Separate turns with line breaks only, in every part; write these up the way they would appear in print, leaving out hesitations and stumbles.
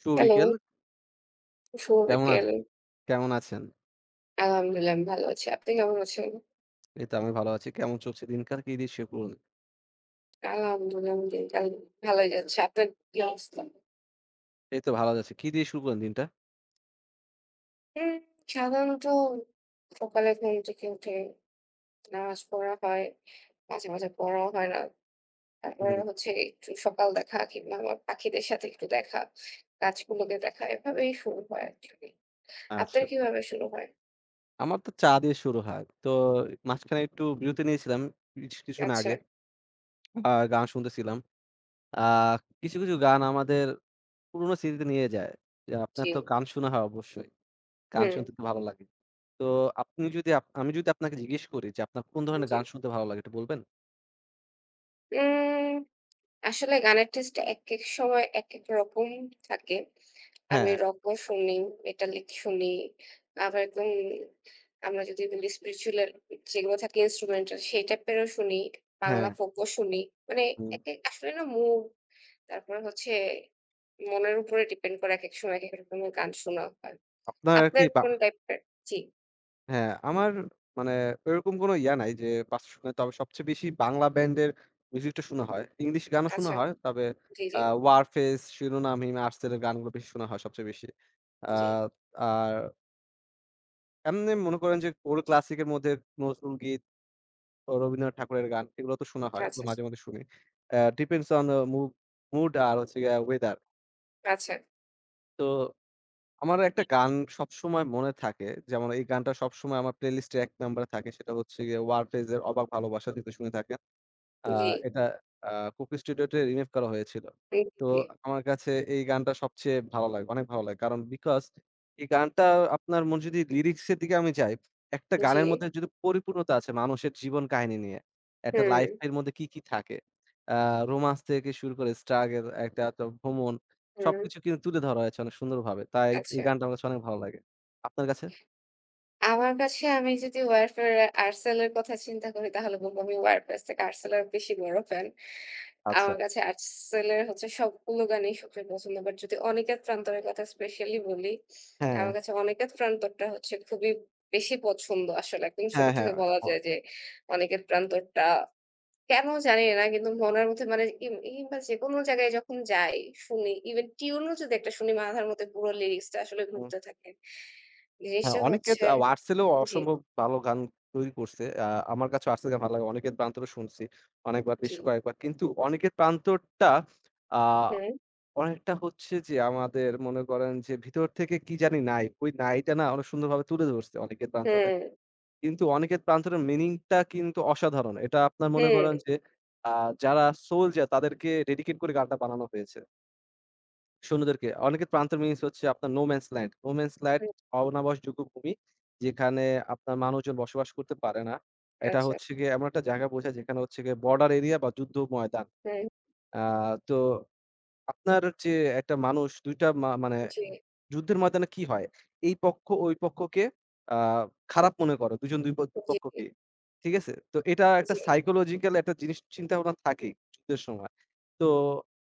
শুভ
hello,
বিকেল।
শুভ
কেমন আ
বিকেল।
কেমন আছেন?
আলহামদুলিল্লাহ আমি ভালো আছি। আপনি কেমন আছেন?
এই তো আমি ভালো আছি। কেমন চলছে দিনকাল? কি দিয়ে শুরু করলেন?
আলহামদুলিল্লাহ আমার দিনকাল ভালোই যাচ্ছে। আপনার কি অবস্থা?
এই তো ভালো যাচ্ছে। কি দিয়ে শুরু করলেন দিনটা?
উম সাধারণত সকালে ঘুম থেকে উঠে নামাজ পড়া হয়। মাঝে, মাঝে পড়াও হয় না। তারপরে
হুম,
হচ্ছে একটু সকাল দেখা কিংবা আমার পাখিদের সাথে একটু দেখা, গাছগুলোকে দেখা এভাবেই শুরু হয় অ্যাকচুয়ালি। আপনার
আচ্ছা।
কিভাবে শুরু হয়?
আমার তো চা দিয়ে শুরু হয়। তো মাঝখানে একটু বিরতি নিয়েছিলাম কিছুক্ষণ
আচ্ছা,
আগে। গান শুনতেছিলাম। আ কিছু, কিছু গান আমাদের পুরোনো স্মৃতিতে নিয়ে যায়। যে আপনার
জি।
তো গান শোনা হয় অবশ্যই। গান
হুম,
শুনতে তো ভালো লাগে। তো আপনি যদি আপ আমি যদি আপনাকে জিজ্ঞেস করি যে আপনার কোন ধরনের
জি।
গান শুনতে ভালো লাগে একটু বলবেন?
উম আসলে গানের টেস্ট একেক সময় একেক রকম থাকে। আমি
হ্যাঁ,
রকও শুনি, মেটালিক শুনি, আবার একদম আমরা যদি বলি স্পিরিচুয়াল এর যেগুলো থাকে ইন্সট্রুমেন্টাল সেই টাইপেরও শুনি, বাংলা
হ্যাঁ।
ফোকও শুনি। মানে
হুম।
একেক আসলে না মুড তারপরে হচ্ছে মনের উপরে ডিপেন্ড করে একেক সময় একেক রকমের গান শোনা হয়।
আপনার কি
আপনার
বা
কোন টাইপের? জি।
হ্যাঁ, আমার মানে ওইরকম কোনো ইয়া নাই যে ৫টা শুনে। তবে সবচেয়ে বেশি বাংলা ব্যান্ডের মিউজিকটা শোনা হয়। ইংলিশ গানও শোনা
আচ্ছা।
হয়। তবে
জি, জি,
'ওয়ারফেজ', 'শিরোনামহীন', 'আর্টসেল' এর গানগুলো বেশি শোনা হয় সবচেয়ে বেশি। আ
জি।
আর এমনি মনে করেন যে ওল্ড ক্লাসিকের মধ্যে নজরুল গীত, ও রবীন্দ্রনাথ ঠাকুরের গান এগুলো তো শোনা হয়।
আচ্ছা,
এগুলো
আচ্ছা।
মাঝে মধ্যে শুনি। Depends on uh mood mood আর হচ্ছে গিয়ে ওয়েদার।
আচ্ছা।
তো আমার একটা গান সবসময় মনে থাকে। যেমন এই গানটা সবসময় আমার প্লেলিস্টে ১ নম্বরে থাকে। সেটা হচ্ছে গিয়ে 'ওয়ারফেজ' এর 'অবাক ভালোবাসা' যদি শুনে থাকেন। আ
জি।
এটা আ Coco Studio তে রিমেক করা হয়েছিল।
হুম,
তো
জি,
আমার কাছে এই গানটা সবচেয়ে ভালো লাগে, অনেক ভালো লাগে। কারণ বিকজ এই গানটা আপনার মন যদি লিরিক্স এর দিকে আমি যাই, একটা
জি।
গানের মধ্যে যদি পরিপূর্ণতা আছে মানুষের জীবন কাহিনী নিয়ে। একটা
হুম,
লাইফ এর মধ্যে কি, কি থাকে। আ রোমান্স থেকে শুরু করে স্ট্রাগল একটা তো ভ্রমণ
হুম।
সবকিছু কিন্তু তুলে ধরা হয়েছে অনেক সুন্দরভাবে। তাই এই
আচ্ছা।
গানটা আমার কাছে অনেক ভালো লাগে। আপনার কাছে?
আমার কাছে আমি যদি ওয়ারফেয়ার আর্টসেল এর কথা চিন্তা করি তাহলে বলব আমি ওয়ারফেয়ার থেকে আর্টসেল এর বেশি বড় ফ্যান।
আচ্ছা।
আমার কাছে আর্টসেল এর হচ্ছে সবগুলো গানই সবচেয়ে পছন্দ। বাট যদি অনিকেত প্রান্তরের কথা স্পেশালি বলি,
হ্যাঁ,
আমার কাছে অনিকেত প্রান্তরটা হচ্ছে খুবই বেশি পছন্দ আসলে। একদম ছোট
হ্যাঁ,
থেকে
হ্যাঁ।
বলা যায় যে অনিকেত প্রান্তরটা কেন জানি না কিন্তু মনের মধ্যে মানে কিংবা যেকোনো জায়গায় যখন যাই শুনি ইভেন টিউনও যদি একটা শুনি মাথার মধ্যে পুরো লিরিক্সটা আসলে
অ
ঘুরতে থাকে।
হ্যাঁ,
জিনিসটা
অনিকেত
হচ্ছে
আর্টসেলও
জি,
অসম্ভব ভালো গান তৈরি করছে। আমার কাছে আর্টসেল গান ভালো লাগে। অনিকেত প্রান্তরও শুনছি অনেকবার, বেশ
জি।
কয়েকবার। কিন্তু অনিকেত প্রান্তরটা আ
হুম,
অনেকটা হচ্ছে যে আমাদের মনে করেন যে ভিতর থেকে কি জানি নাই। ওই নাইটা না অনেক সুন্দরভাবে তুলে ধরছে অনিকেত প্রান্তরে।
হুম,
কিন্তু অনিকেত প্রান্তরের মিনিংটা কিন্তু অসাধারণ। এটা আপনার মনে
হুম,
করেন যে আ যারা সোলজার তাদেরকে ডেডিকেট করে গানটা বানানো হয়েছে। সৈন্যদেরকে। অনেকে প্রান্তর মিনস হচ্ছে আপনার no man's land. No man's land
হুম,
অনাবাসযোগ্য ভূমি। যেখানে আপনার মানুষজন বসবাস করতে পারে না। এটা
আচ্ছা।
হচ্ছে গিয়ে এমন একটা জায়গা বোঝায় যেখানে হচ্ছে গিয়ে বর্ডার এরিয়া বা যুদ্ধ ময়দান।
হুম,
আ তো আপনার যে একটা মানুষ ২ টা মা মানে
জি,
যুদ্ধের ময়দানে কি হয়? এই পক্ষ ওই পক্ষকে আ খারাপ মনে করে। ২ জন ২ প
জি,
পক্ষকে। ঠিক আছে? তো এটা একটা
জি,
সাইকোলজিক্যাল একটা জিনিস চিন্তাভাবনা থাকেই যুদ্ধের সময়। তো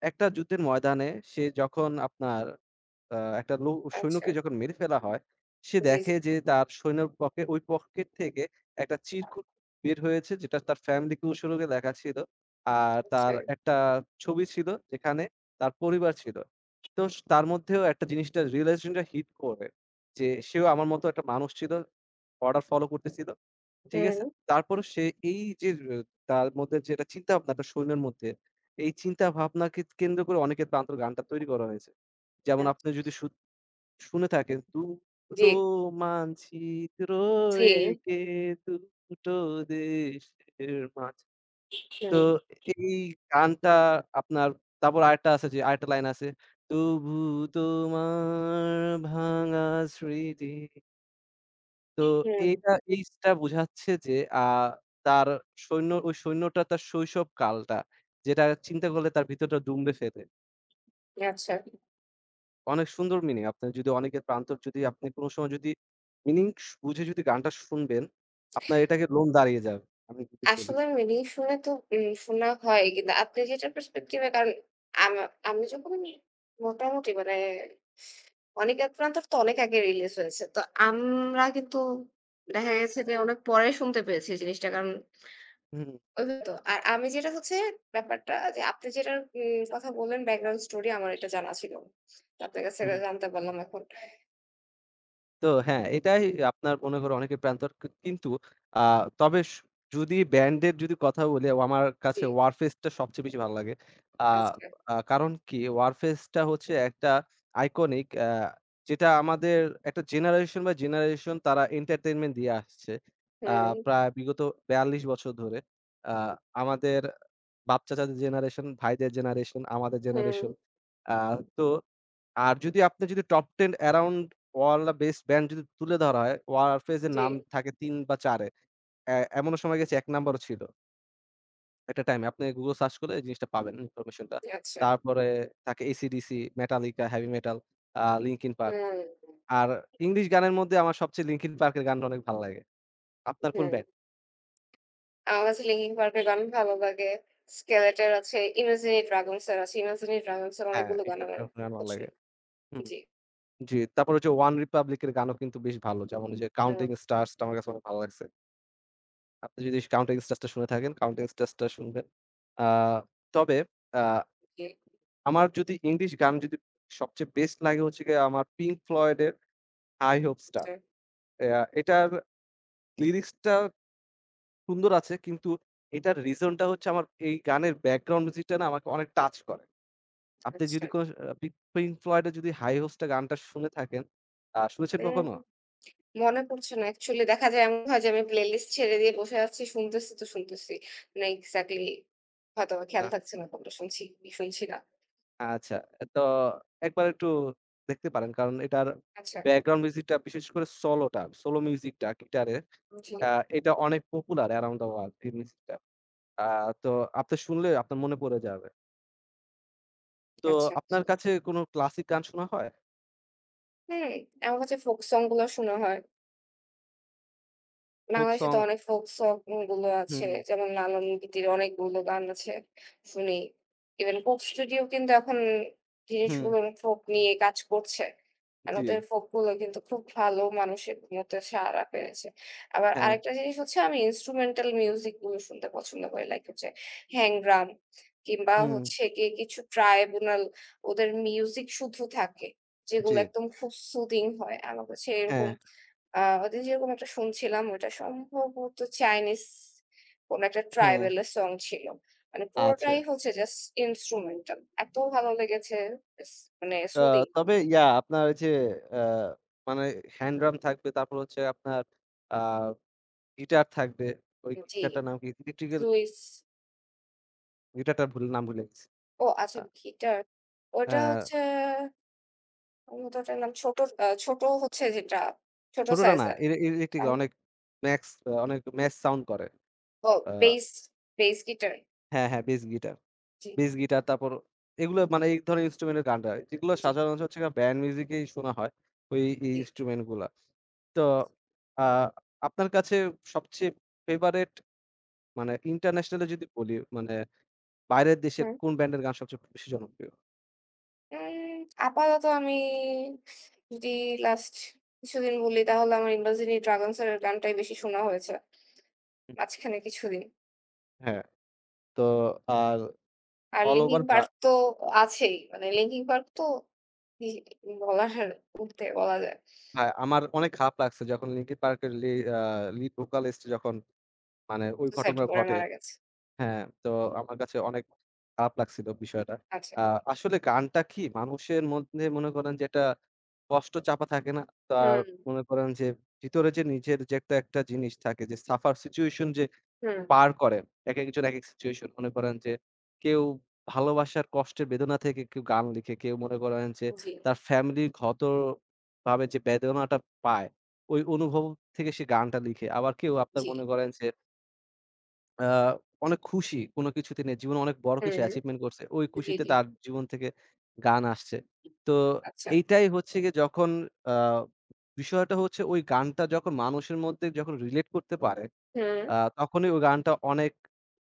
একটা যুদ্ধের ময়দানে সে যখন আপনার আ একটা লো
আচ্ছা।
সৈন্যকে যখন মেরে ফেলা হয়, সে
জি, জি,
দেখে যে তার সৈন্যর পকে ওই পকেট থেকে একটা চিরকুট বের হয়েছে যেটা তার ফ্যামিলিকে সুযোগে দেখা ছিল। আর
আচ্ছা।
তার একটা ছবি ছিল যেখানে তার পরিবার ছিল। তো স তার মধ্যেও একটা জিনিসটা realization টা হিট করে যে সেও আমার মতো একটা মানুষ ছিল। অর্ডার ফলো করতেছিল। ঠিক
হুম,
আছে? তারপরও সে এই যে অ তার মধ্যে যে একটা চিন্তা ভাবনাটা সৈন্যের মধ্যে, এই চিন্তা ভাবনাকে কেন্দ্র করে অনেকের প্রান্তর গানটা তৈরি করা হয়েছে। যেমন
আ
আপনি যদি সু শুনে থাকেন।
জি,
দুটো মানচিত্র
জি,
এঁকে দুটো দেশের মাঝ
হুম,
তো এই গানটা আপনার তারপর আরেকটা আছে যে আরেকটা লাইন আছে। তবু তোমার ভাঙা স্মৃতি। তো
হুম,
এইটা এইটা বোঝাচ্ছে যে আ তার সৈন্য ওই সৈন্যটা তার শৈশব কালটা। যেটা চিন্তা করলে তার ভিতরটা দুমড়ে ফেলে।
আচ্ছা।
অনেক সুন্দর মিনিং। আপনার যদি অনেকের প্রান্তর যদি আপনি কোন সময় যদি মিনিং স বুঝে যদি গানটা শুনবেন, আপনার এটাকে লোম দাঁড়িয়ে যাবে। আমি যদি বলি।
আসলে মিলিয়ে শুনে তো শোনা হয় কিন্তু আপনি যেটা perspective এ কারণ আমা আমি যখন মোটামুটি মানে অনেক আপনার তো অনেক আগে রিলিজ হয়েছে। তো আমরা কিন্তু দেখা গেছে যে অনেক পরে শুনতে পেয়েছি জিনিসটা কারণ
হুম,
ওদের তো। আর আমি যেটা হচ্ছে ব্যাপারটা যে আপনি যেটার কথা বললেন ব্যাকগ্রাউন্ড স্টোরি আমার এটা জানা ছিল না। তো আপনার কাছ থেকে
হুম।
জানতে পারলাম এখন।
তো হ্যাঁ, এটাই আপনার মনে করো অনেকে প্রান্তর কি কিন্তু আ তবে স যদি ব্যান্ডের যদি কথা বলি আমার
জি,
কাছে 'Warfaze' টা সবচেয়ে বেশি ভালো লাগে। আ
আচ্ছা।
আ কারণ কি 'Warfaze' টা হচ্ছে একটা আইকনিক যেটা আমাদের একটা জেনারেশন বাই জেনারেশন তারা এন্টারটেইনমেন্ট দিয়ে আসছে। আ
হুম,
প্রায় বিগত ৪২ বছর ধরে। আ আমাদের বাপ-চাচাদের জেনারেশন, ভাইদের জেনারেশন, আমাদের
হুম,
জেনারেশন। আ তো আর যদি আপনি top 10 around world uh best band যদি তুলে ধরা হয়, ওয়ারফেজ এর
জি।
নাম থাকে ৩ বা ৪ এ। অ্যা এমনও সময় গেছে ১ নাম্বারও ছিল একটা টাইমে। আপনি Google সার্চ করলে এই জিনিসটা পাবেন ইনফরমেশনটা।
আচ্ছা।
তারপরে থাকে AC/DC, Metallica, Heavy Metal, Linkin Park।
হুম,
আর ইংলিশ গানের মধ্যে আমার সবচেয়ে Linkin Park এর গানটা অনেক ভালো লাগে। আপনার কোন
হুম।
ব্যান্ড?
আমার কাছে লিঙ্কিন পার্কের গান ভালো লাগে। স্কেলেটর আছে, ইমাজিনি ড্রাগনস এর আছে। ইমাজিনি ড্রাগনস এর
হ্যাঁ,
অনেকগুলো গান
এগুলো
আমার খুব
গান ভালো লাগে।
পছন্দ।
হুম,
জি।
জি। তারপর হচ্ছে One Republic এর গানও কিন্তু বেশ ভালো। যেমন ওই যে
হুম,
'Counting Stars' টা আমার কাছে অনেক ভালো লাগছে। আপনি যদি Counter Strike টা শুনে থাকেন, Counter Strike টা শুনবেন। আ তবে আ
জি।
আমার যদি ইংলিশ গান যদি সবচেয়ে বেস্ট লাগে হচ্ছে গিয়ে আমার Pink Floyd এর 'I Hope Star'।
আচ্ছা,
অ্যা এটার লিরিক্সটা সুন্দর আছে কিন্তু এটার রিজন টা হচ্ছে আমার এই গানের ব্যাকগ্রাউন্ড মিউজিকটা না আমাকে অনেক টাচ করে। আপনি
আচ্ছা।
যদি কোনো Pink Floyd এর যদি 'I Hope Star' গানটা শুনে থাকেন, শুনেছেন
হুম।
কখনো?
মনে পড়ছে না। অ্যাকচুয়ালি দেখা যায় এমন হয় যে আমি প্লেলিস্ট ছেড়ে দিয়ে বসে আছি, শুনতেছি তো শুনতেছি। মানে এক্সাক্টলি হয়তোবা খেয়াল
না?
থাকছে না কোনটা শুনছি, কি শুনছি না।
আচ্ছা। তো একবার একটু দেখতে পারেন। কারণ এটার
আচ্ছা,
ব্যাকগ্রাউন্ড মিউজিকটা বিশেষ করে সোলোটা, সোলো মিউজিকটা গিটারে
জি,
আ এটা অনেক পপুলার around the world এই মিউজিকটা। আ তো আপনি শুনলে আপনার মনে পড়ে যাবে। তো
আচ্ছা।
আপনার কাছে কোনো ক্লাসিক গান শোনা হয়?
হুম, আমার কাছে ফোক সং গুলো শোনা হয়।
ফোক
বাংলাদেশে
সং
তো অনেক ফোক সং গুলো আছে।
হুম,
যেমন লালন গীতির অনেকগুলো গান আছে। শুনি। ইভেন কোক স্টুডিও কিন্তু এখন
হুম,
জিনিসগুলো ফোক নিয়ে কাজ করছে। আর
জি,
ওদের ফোক গুলো কিন্তু খুব ভালো মানুষের মধ্যে সাড়া ফেলেছে। আবার
হ্যাঁ,
আরেকটা জিনিস হচ্ছে আমি ইন্সট্রুমেন্টাল মিউজিক গুলো শুনতে পছন্দ করি। লাইক হচ্ছে হ্যাংগ্রাম কিংবা
হুম,
হচ্ছে গিয়ে কিছু ট্রাইব্যুনাল ওদের মিউজিক শুদ্ধ থাকে।
জি,
যেগুলো একদম খুব সুদিং হয়। আমার কাছে এরকম
হ্যাঁ,
আ ওদের যেরকম একটা শুনছিলাম ওটা সম্ভবত চাইনিজ কোনো একটা
হ্যাঁ,
ট্রাইবাল এর সং ছিল। মানে
আচ্ছা।
পুরোটাই হচ্ছে জাস্ট ইন্সট্রুমেন্টাল। এত ভালো লেগেছে ইস মানে
আ
সুদিং
তবে ইয়া আপনার ওই যে আ মানে হ্যান্ড ড্রাম থাকবে, তারপর হচ্ছে আপনার আ গিটার থাকবে। ওই
জি,
গিটারটার নাম কি? ইলেকট্রিক্যাল
লুইস
গিটারটার ভুল নাম ভুলে গেছি।
ও আচ্ছা
আ
গিটার। ওটা
অ্যা
হচ্ছে সম্ভবত ওটার নাম ছোট ছোট হচ্ছে যেটা ছোট
ছোটটা না,
সাইজের।
ইলে ইলেকট্রিক্যাল
আম
অনেক ম্যাক্স অনেক ম্যাচ সাউন্ড করে।
ও
আ
বেস, বেস গিটার।
হ্যাঁ, হ্যাঁ, বেস গিটার।
জি,
বেস গিটার তারপর এগুলো মানে এই ধরনের ইন্সট্রুমেন্টের গানটা। যেগুলো
জি,
সাধারণত হচ্ছে গিয়ে ব্যান্ড মিউজিকেই শোনা হয়, ওই এই
জি।
ইন্সট্রুমেন্ট গুলা। তো আ আপনার কাছে সবচেয়ে ফেভারাইট মানে ইন্টারন্যাশনাল এ যদি বলি মানে বাইরের দেশের
হুম।
কোন ব্যান্ডের গান সবচেয়ে বেশি জনপ্রিয়?
উম আপাতত আমি যদি লাস্ট কিছুদিন বলি তাহলে আমার 'ইন্দ্রজিনী ড্রাগনস' এর গানটাই বেশি শোনা হয়েছে। মাঝখানে কিছুদিন।
হ্যাঁ, তো আর
আর
অল
'লিঙ্কিং
ওভার বা
পার্ক' তো আছেই। মানে 'লিঙ্কিং পার্ক' তো ই বলার ঊর্ধ্বে বলা যায়।
হ্যাঁ, আমার অনেক খারাপ লাগছে যখন লিঙ্কিন পার্কের লি আ লিড ভোকালিস্ট যখন মানে ওই
সুইসাইড
ঘটনা
করে
ঘটে।
মারা গেছে।
হ্যাঁ, তো আমার কাছে অনেক খারাপ লাগছিল বিষয়টা।
আচ্ছা।
আ আসলে গানটা কি মানুষের মধ্যে মনে করেন যে একটা কষ্ট চাপা থাকে না? তার
হুম,
মনে করেন যে ভিতরে যে নিজের যে একটা, একটা জিনিস থাকে যে সাফার সিচুয়েশন যে
হুম।
পার করে। একেকজন একেক সিচুয়েশন মনে করেন যে কেউ ভালোবাসার কষ্টের বেদনা থেকে কেউ গান লিখে, কেউ মনে করেন যে
জি,
তার ফ্যামিলিগতভাবে যে বেদনাটা পায়, ওই অনুভব থেকে সে গানটা লিখে। আবার কেউ আপনার
জি।
মনে করেন যে আ অনেক খুশি কোনো কিছুতে নিয়ে জীবনে অনেক বড় কিছু
হুম,
অ্যাচিভমেন্ট করছে। ওই
জি,
খুশিতে
জি।
তার জীবন থেকে গান আসছে। তো
আচ্ছা।
এইটাই হচ্ছে গিয়ে যখন আ বিষয়টা হচ্ছে ওই গানটা যখন মানুষের মধ্যে যখন রিলেট করতে পারে,
হুম,
তখনই ওই গানটা অনেক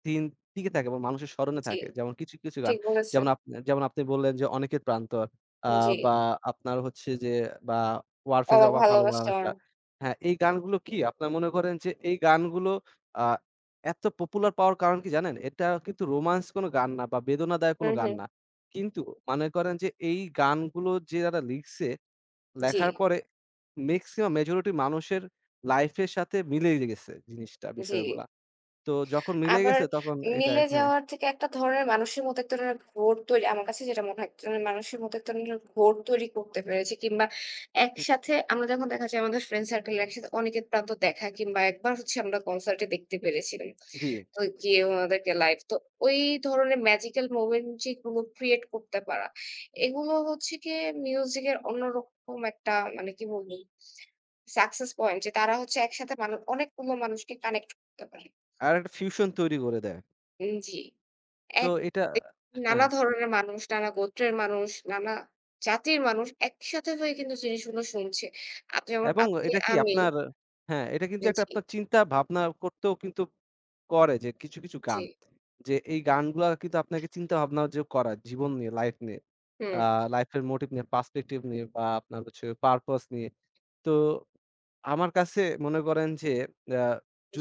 দিন টিকে থাকে এবং মানুষের স্মরণে
জি।
থাকে। যেমন কিছু, কিছু গান
ঠিক বলেছেন।
যেমন আপ যেমন আপনি বললেন যে, 'অনেকের প্রান্তর' আ
জি।
বা আপনার হচ্ছে যে বা 'ওয়ারফেজের
'অবাক
অবাক
ভালোবাসা'।
ভালোবাসা' হ্যাঁ, এই গানগুলো কি আপনার মনে করেন যে এই গানগুলো আ এত পপুলার পাওয়ার কারণ কি জানেন? এটা কিন্তু রোমান্স কোনো গান না বা বেদনাদায়ক
হু,
কোনো
হু।
গান না। কিন্তু মনে করেন যে এই গানগুলো যে যারা লিখছে,
জি,
লেখার পরে মেক্সিমাম মেজরিটি মানুষের লাইফের সাথে মিলেই গেছে জিনিসটা,
জি।
বিষয়গুলা। তো যখন মিলে
আবার
গেছে তখন এটা
মিলে
হ্যাঁ,
যাওয়ার থেকে একটা ধরনের মানুষের মতো এক ধরনের ঘোর তৈরি আমার কাছে যেটা মনে হয়, এক ধরনের মানুষের মতো এক ধরনের ঘোর তৈরি করতে পেরেছি কিংবা একসাথে আমরা যখন দেখা যায় আমাদের ফ্রেন্ড সার্কেল একসাথে অনেকের প্রান্ত দেখা কিংবা একবার হচ্ছে আমরা কনসার্টে দেখতে পেরেছিলাম।
জি।
তো গিয়ে ওনাদেরকে লাইভ। তো ওই ধরনের ম্যাজিক্যাল মোমেন্ট যেগুলো ক্রিয়েট করতে পারা, এগুলো হচ্ছে গিয়ে মিউজিকের অন্যরকম একটা মানে কি বলবো সাকসেস পয়েন্ট যে তারা হচ্ছে একসাথে অনেকগুলো মানুষকে কানেক্ট করতে পারে।
আরেকটা ফিউশন তৈরি করে দেয়।
জি।
তো
এক
এটা
এ
হ্যাঁ,
নানা ধরনের মানুষ, নানা গোত্রের মানুষ, নানা জাতির মানুষ একসাথে হয়ে কিন্তু জিনিসগুলো শুনছে। যেমন
এবং
আপনি,
এটা কি
আমি
আপনার হ্যাঁ, এটা কিন্তু একটা
জি,
আপনার চিন্তা ভাবনা করতেও কিন্তু করে যে কিছু, কিছু
জি।
গান। যে এই গানগুলা কিন্তু আপনাকে চিন্তা ভাবনা যে করায় জীবন নিয়ে, লাইফ নিয়ে,
হুম,
আ লাইফ এর মোটিভ নিয়ে, পার্সপেক্টিভ নিয়ে বা আপনার হচ্ছে পারপাস নিয়ে। তো আমার কাছে মনে করেন যে আ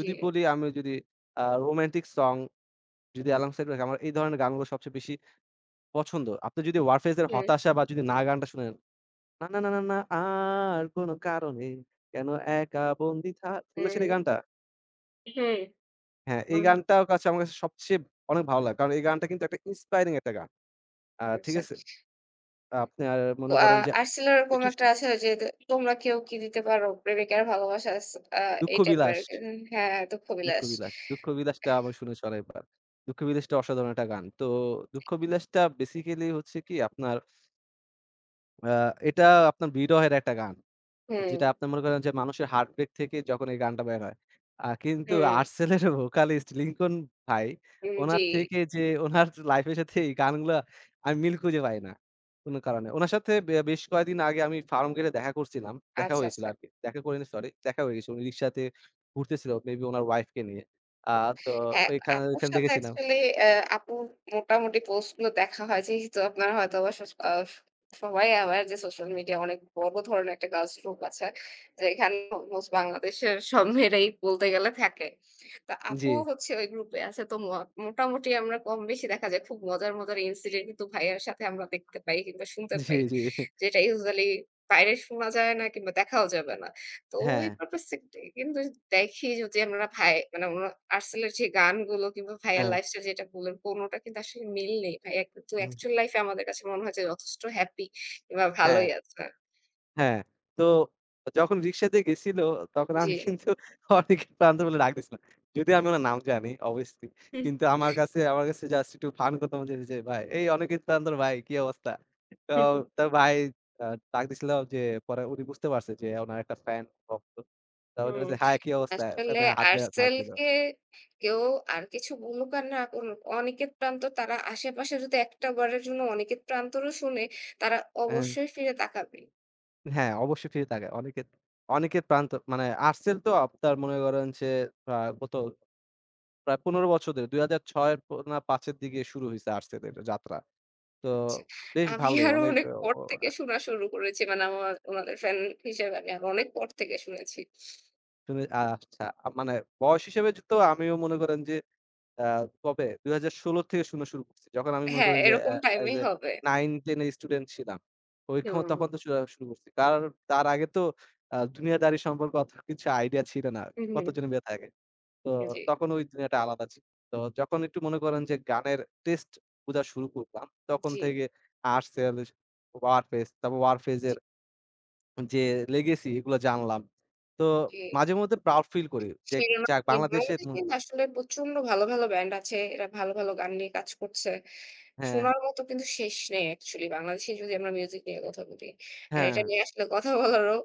জি।
বলি আমি যদি রোমান্টিক সং যদি অ্যালং সাইড রাখি আমার এই ধরনের গানগুলো সবচেয়ে বেশি পছন্দ। আপনি যদি 'Warfaze' এর
হুম,
'হতাশা' বা যদি 'না' গানটা শুনেন, না, না, না, না, না আর কোনো কারণে কেন একা বন্দি থা শুনেছেন এই
হুম,
গানটা?
হুম,
হ্যাঁ, এই
হুম, হুম।
গানটাও কাছে আমার কাছে সবচেয়ে অনেক ভালো লাগে। কারণ এই গানটা কিন্তু একটা inspiring একটা গান। ঠিক
আচ্ছা।
আছে? আপনার মনে
আ
করেন যে
আর্টসেলের এরকম
কিছু শু
একটা আছে যে, "তোমরা কেউ কি দিতে পারো? প্রেমিকার ভালোবাসা আস" আ
'দুঃখ
এই টাইপের
বিলাস',
আরকি। হ্যাঁ, দুঃখ
'দুঃখ
বিলাস।
বিলাস', 'দুঃখ বিলাস'টা আমি শুনেছি অনেকবার। 'দুঃখ বিলাস'টা অসাধারণ একটা গান। তো 'দুঃখ বিলাস'টা বেসিক্যালি হচ্ছে কি আপনার আ এটা আপনার বিরহের একটা গান।
হুম,
যেটা আপনি মনে করেন যে মানুষের হার্ট ব্রেক থেকে যখন এই গানটা বের হয়। কিন্তু
হুম,
আর্টসেলের ভোকালিস্ট লিংকন ভাই,
হুম, জি।
উনার থেকে যে উনার লাইফ এর সাথে এই গানগুলা আমি মিল খুঁজে পাই না কোন কারণে। উনার সাথে বে বেশ কয়েকদিন আগে আমি ফার্ম গেটে দেখা করছিলাম। দেখা
আচ্ছা,
হয়েছিল
আচ্ছা।
আরকি। দেখা করিনি সরি, দেখা হয়ে গেছে। উনি রিক্সাতে ঘুরতেছিল মেবি উনার ওয়াইফ কে নিয়ে। আ তো
হ্যাঁ,
ওইখানে
আপুর
ওইখানে
সাথে
দেখেছিলাম।
অ্যাকচুয়ালি আ আপুর মোটামুটি পোস্ট গুলো দেখা হয়। যেহেতু আপনার হয়তোবা সস আ স সবাই aware যে সোশ্যাল মিডিয়া অনেক বড় ধরনের একটা কাজ গ্রুপ আছে। যেখানে অলমোস্ট বাংলাদেশের সব মেয়েরাই বলতে গেলে থাকে। তো
জি,
আপুও হচ্ছে ওই গ্রুপে আছে। তো মোটামুটি আমরা কম বেশি দেখা যায় খুব মজার, মজার ইনসিডেন্ট কিন্তু ভাইয়ার সাথে আমরা দেখতে পাই কিংবা শুনতে
জি,
পাই।
জি।
যেটা ইউজুয়ালি বাইরে শোনা যায় না কিংবা দেখাও যাবে না। তো ওই
হ্যাঁ,
পারপাস এ কিন্তু দেখি যদি আমরা ভাই মানে ওনার আর্টসেলের যে গানগুলো কিংবা ভাইয়ার
হ্যাঁ,
লাইফস্টাইল যেটা বললেন কোনটা কিন্তু আসলে মিল নেই। ভাইয়া কিন্তু
হুম,
অ্যাকচুয়াল লাইফ এ আমাদের কাছে মনে হয় যে যথেষ্ট হ্যাপি কিংবা
হ্যাঁ।
ভালোই আছে।
হ্যাঁ, তো যখন রিক্সাতে গেছিল তখন
জি।
আমি কিন্তু অনেকের প্রান্ত বলে ডাক দিছিলাম। যদিও আমি উনার নাম জানি obviously
হুম,
কিন্তু আমার কাছে জাস্ট একটু ফান করতাম যে, যে ভাই এই অনিকেত প্রান্তর ভাই কি অবস্থা? তো
হুম,
তার ভাই আ ডাক দিছিল যে পরে উনি বুঝতে পারছে যে উনার একটা ফ্যান ভক্ত। তো উনি
হুম, হুম।
বলছে, "হাই কি অবস্থা?"
আসলে
তারপরে হাতে হাত দিল।
আর্টসেলকে কেউ আর কিছু বলুক আর না করুক, অনিকেত প্রান্ত তারা আশেপাশে যদি একটা বারের জন্য অনিকেত প্রান্তরও শুনে, তারা
হ্যাঁ,
অবশ্যই ফিরে তাকাবে।
হ্যাঁ, অবশ্যই ফিরে তাকায়। অনিকেত অনিকেত প্রান্ত মানে আর্টসেল তো আপনার মনে করেন যে গত প্রায় ১৫ বছর ধরে ২০০৬ প না ৫ এর দিকে শুরু হইছে আর্টসেলের যাত্রা। তো
আচ্ছা।
বেশ
আমি
ভালোই
আরো
অনেক
অনেক
অ
পর
অ
থেকে শোনা শুরু করেছি। মানে আমার উনাদের ফ্যান হিসেবে আমি আরো অনেক পর থেকে শুনেছি।
শুনে আচ্ছা মানে বয়স হিসেবে তো আমিও মনে করেন যে আ কবে ২০১৬ থেকে শোনা শুরু করছি। যখন আমি মনে
হ্যাঁ,
করেন যে
এরকম
অ্যা অ্যাজ
টাইমই
এ
হবে।
9, 10 এর স্টুডেন্ট ছিলাম। ওই ক্ষম
হুম।
তখন তো শোনা শুরু করছি। কারণ তার আগে তো দুনিয়াদারি সম্পর্কে অত কিছু আইডিয়া ছিল না।
উহুম।
কতজন বেঁচে থাকে। তো
জি,
তখন ওই দুনিয়াটা আলাদা ছিল। তো যখন একটু মনে করেন যে গানের টেস্ট বুঝা শুরু করলাম, তখন
জি,
থেকে আর্টসেল, ওয়ারফেজ, তারপর ওয়ারফেজ
জি,
এর যে লেগেসি এগুলো জানলাম। তো
জি।
মাঝে মধ্যে প্রাউড ফিল করি যে যাক
শিরোনামহীন।
বাংলাদেশের
বাংলাদেশে
ম
কিন্তু আসলে প্রচন্ড ভালো, ভালো ব্যান্ড আছে। এরা ভালো, ভালো গান নিয়ে কাজ করছে।
হ্যাঁ,
শোনার মতো কিন্তু শেষ নেই অ্যাকচুয়ালি বাংলাদেশে যদি আমরা মিউজিক নিয়ে কথা বলি। আর
হ্যাঁ,
এটা নিয়ে আসলে কথা বলারও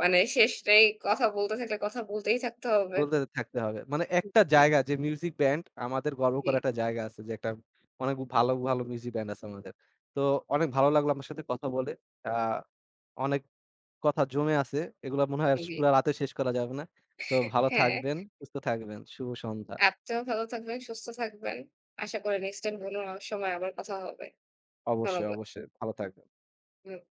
মানে শেষ নেই। কথা বলতে থাকলে কথা বলতেই থাকতে হবে।
বলতে থাকতে হবে। মানে একটা
জি,
জায়গা যে মিউজিক ব্যান্ড আমাদের গর্ব
জি,
করার একটা জায়গা আছে যে একটা অনেক ভালো, ভালো মিউজিক ব্যান্ড আছে আমাদের। তো অনেক ভালো লাগলো আপনার সাথে কথা বলে। আ অনেক কথা জমে আছে। এগুলা মনে হয় আর
জি।
পুরা রাতে শেষ করা যাবে না। তো ভালো
হ্যাঁ।
থাকবেন, সুস্থ থাকবেন। শুভ সন্ধ্যা।
আপনিও ভালো থাকবেন, সুস্থ থাকবেন। আশা করি নেক্সট টাইম কোনো সময় আবার কথা হবে।
অবশ্যই,
ধন্যবাদ।
অবশ্যই ভালো থাকবেন।
হুম।